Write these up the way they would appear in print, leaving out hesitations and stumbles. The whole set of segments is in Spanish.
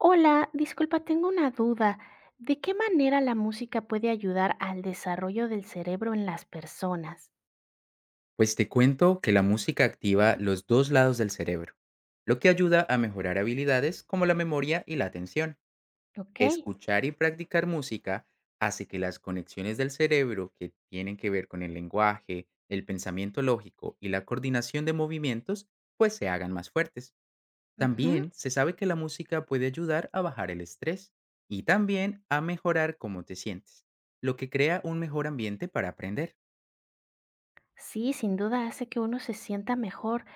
Hola, disculpa, tengo una duda. ¿De qué manera la música puede ayudar al desarrollo del cerebro en las personas? Pues te cuento que la música activa los dos lados del cerebro, lo que ayuda a mejorar habilidades como la memoria y la atención. Ok. Escuchar y practicar música hace que las conexiones del cerebro que tienen que ver con el lenguaje, el pensamiento lógico y la coordinación de movimientos, pues se hagan más fuertes. Ujú. También se sabe que la música puede ayudar a bajar el estrés y también a mejorar cómo te sientes, lo que crea un mejor ambiente para aprender. Sí, sin duda hace que uno se sienta mejor.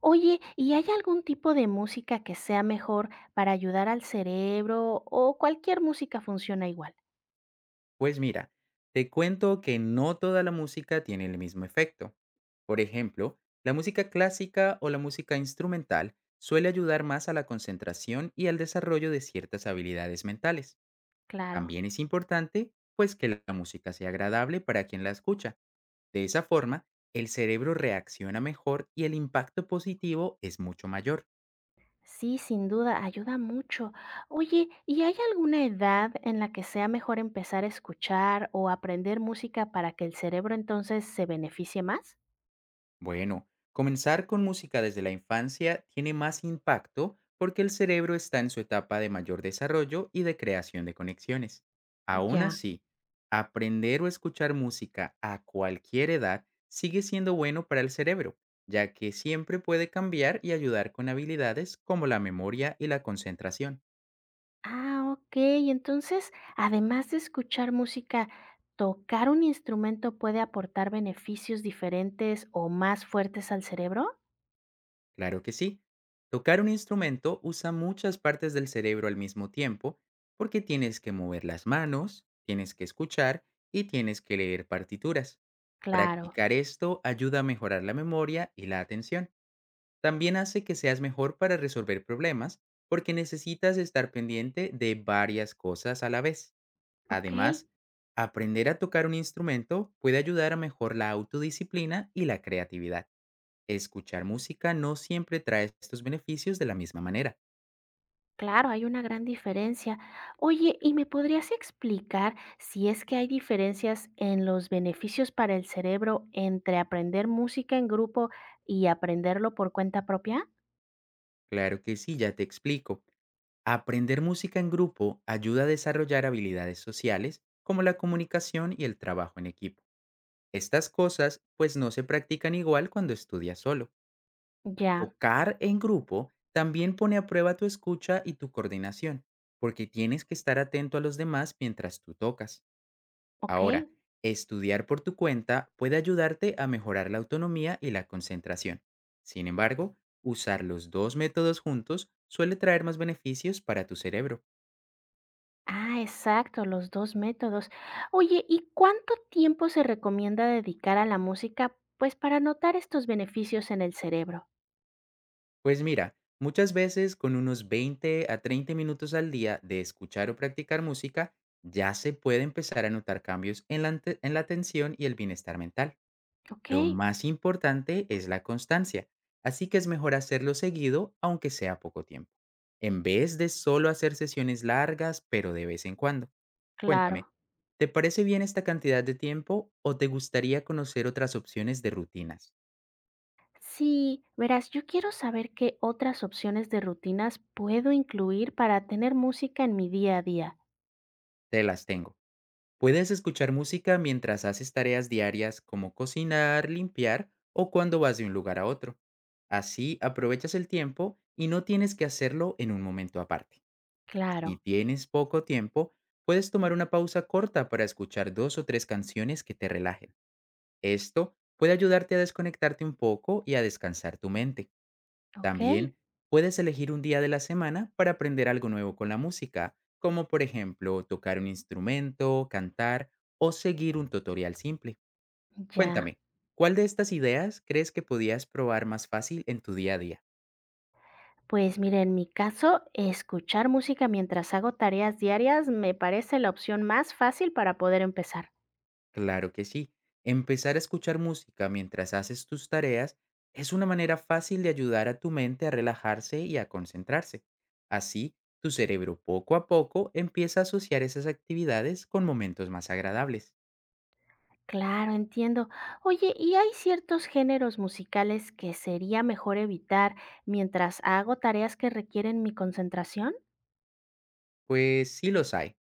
Oye, ¿y hay algún tipo de música que sea mejor para ayudar al cerebro o cualquier música funciona igual? Pues mira, te cuento que no toda la música tiene el mismo efecto. Por ejemplo, la música clásica o la música instrumental suele ayudar más a la concentración y al desarrollo de ciertas habilidades mentales. Claro. También es importante, pues, que la música sea agradable para quien la escucha. De esa forma, el cerebro reacciona mejor y el impacto positivo es mucho mayor. Sí, sin duda, ayuda mucho. Oye, ¿y hay alguna edad en la que sea mejor empezar a escuchar o aprender música para que el cerebro entonces se beneficie más? Bueno, comenzar con música desde la infancia tiene más impacto porque el cerebro está en su etapa de mayor desarrollo y de creación de conexiones. Aún Ya. así, aprender o escuchar música a cualquier edad sigue siendo bueno para el cerebro, ya que siempre puede cambiar y ayudar con habilidades como la memoria y la concentración. Ah, ok. Entonces, además de escuchar música, ¿tocar un instrumento puede aportar beneficios diferentes o más fuertes al cerebro? Claro que sí. Tocar un instrumento usa muchas partes del cerebro al mismo tiempo porque tienes que mover las manos, tienes que escuchar y tienes que leer partituras. Claro. Practicar esto ayuda a mejorar la memoria y la atención. También hace que seas mejor para resolver problemas porque necesitas estar pendiente de varias cosas a la vez. Ok. Además, aprender a tocar un instrumento puede ayudar a mejorar la autodisciplina y la creatividad. Escuchar música no siempre trae estos beneficios de la misma manera. Claro, hay una gran diferencia. Oye, ¿y me podrías explicar si es que hay diferencias en los beneficios para el cerebro entre aprender música en grupo y aprenderlo por cuenta propia? Claro que sí, ya te explico. Aprender música en grupo ayuda a desarrollar habilidades sociales como la comunicación y el trabajo en equipo. Estas cosas pues no se practican igual cuando estudias solo. Ya, Tocar en grupo también pone a prueba tu escucha y tu coordinación, porque tienes que estar atento a los demás mientras tú tocas. ok. Ahora, estudiar por tu cuenta puede ayudarte a mejorar la autonomía y la concentración. Sin embargo, usar los dos métodos juntos suele traer más beneficios para tu cerebro. Ah, exacto, los dos métodos. Oye, ¿y cuánto tiempo se recomienda dedicar a la música, pues para notar estos beneficios en el cerebro? Pues mira, muchas veces con unos 20 a 30 minutos al día de escuchar o practicar música, ya se puede empezar a notar cambios en en la atención y el bienestar mental. Ok, Lo más importante es la constancia, así que es mejor hacerlo seguido, aunque sea poco tiempo, en vez de solo hacer sesiones largas, pero de vez en cuando. Cuéntame, claro. ¿te parece bien esta cantidad de tiempo o te gustaría conocer otras opciones de rutinas? Sí, verás, yo quiero saber qué otras opciones de rutinas puedo incluir para tener música en mi día a día. Te las tengo. Puedes escuchar música mientras haces tareas diarias como cocinar, limpiar o cuando vas de un lugar a otro. Así aprovechas el tiempo y no tienes que hacerlo en un momento aparte. Claro, Si tienes poco tiempo, puedes tomar una pausa corta para escuchar dos o tres canciones que te relajen. Esto puede ayudarte a desconectarte un poco y a descansar tu mente. ok, También puedes elegir un día de la semana para aprender algo nuevo con la música, como por ejemplo tocar un instrumento, cantar o seguir un tutorial simple. ya. Cuéntame, ¿cuál de estas ideas crees que podías probar más fácil en tu día a día? Pues mira, en mi caso, escuchar música mientras hago tareas diarias me parece la opción más fácil para poder empezar. Claro que sí. Empezar a escuchar música mientras haces tus tareas es una manera fácil de ayudar a tu mente a relajarse y a concentrarse. Así, tu cerebro poco a poco empieza a asociar esas actividades con momentos más agradables. Claro, entiendo. Oye, ¿y hay ciertos géneros musicales que sería mejor evitar mientras hago tareas que requieren mi concentración? Pues sí los hay.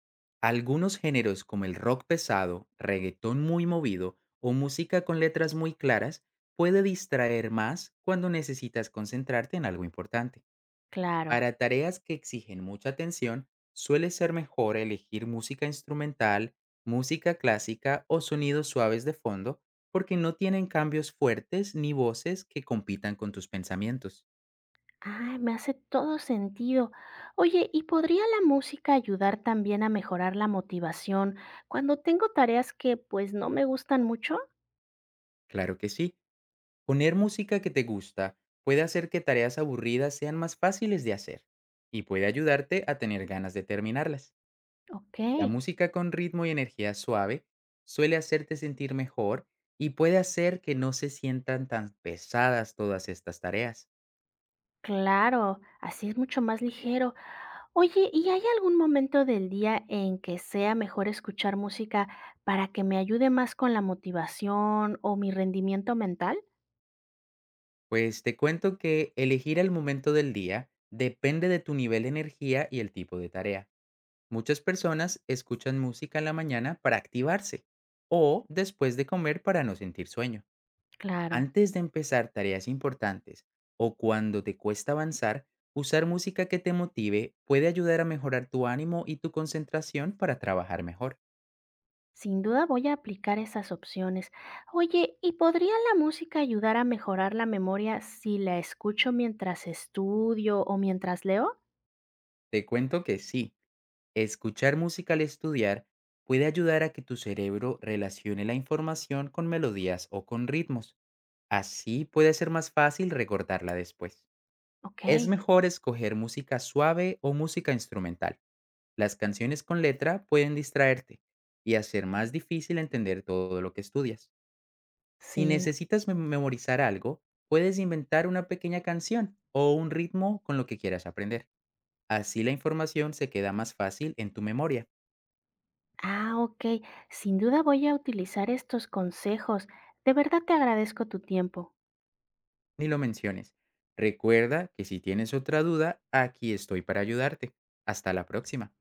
Algunos géneros como el rock pesado, reggaetón muy movido o música con letras muy claras puede distraer más cuando necesitas concentrarte en algo importante. Claro. Para tareas que exigen mucha atención, suele ser mejor elegir música instrumental, música clásica o sonidos suaves de fondo, porque no tienen cambios fuertes ni voces que compitan con tus pensamientos. Ay, me hace todo sentido. Oye, ¿y podría la música ayudar también a mejorar la motivación cuando tengo tareas que pues no me gustan mucho? Claro que sí, poner música que te gusta puede hacer que tareas aburridas sean más fáciles de hacer y puede ayudarte a tener ganas de terminarlas. Ok, La música con ritmo y energía suave suele hacerte sentir mejor y puede hacer que no se sientan tan pesadas todas estas tareas. claro, así es mucho más ligero. Oye, ¿y hay algún momento del día en que sea mejor escuchar música para que me ayude más con la motivación o mi rendimiento mental? Pues te cuento que elegir el momento del día depende de tu nivel de energía y el tipo de tarea. Muchas personas escuchan música en la mañana para activarse o después de comer para no sentir sueño. Claro. Antes de empezar tareas importantes o cuando te cuesta avanzar, usar música que te motive puede ayudar a mejorar tu ánimo y tu concentración para trabajar mejor. Sin duda voy a aplicar esas opciones. Oye, ¿y podría la música ayudar a mejorar la memoria si la escucho mientras estudio o mientras leo? Te cuento que sí, escuchar música al estudiar puede ayudar a que tu cerebro relacione la información con melodías o con ritmos. Así puede ser más fácil recordarla después. Ok, Es mejor escoger música suave o música instrumental. Las canciones con letra pueden distraerte y hacer más difícil entender todo lo que estudias. Si sí. necesitas memorizar algo, puedes inventar una pequeña canción o un ritmo con lo que quieras aprender. Así la información se queda más fácil en tu memoria. Ah, ok. Sin duda voy a utilizar estos consejos. De verdad te agradezco tu tiempo. Ni lo menciones. Recuerda que si tienes otra duda, aquí estoy para ayudarte. Hasta la próxima.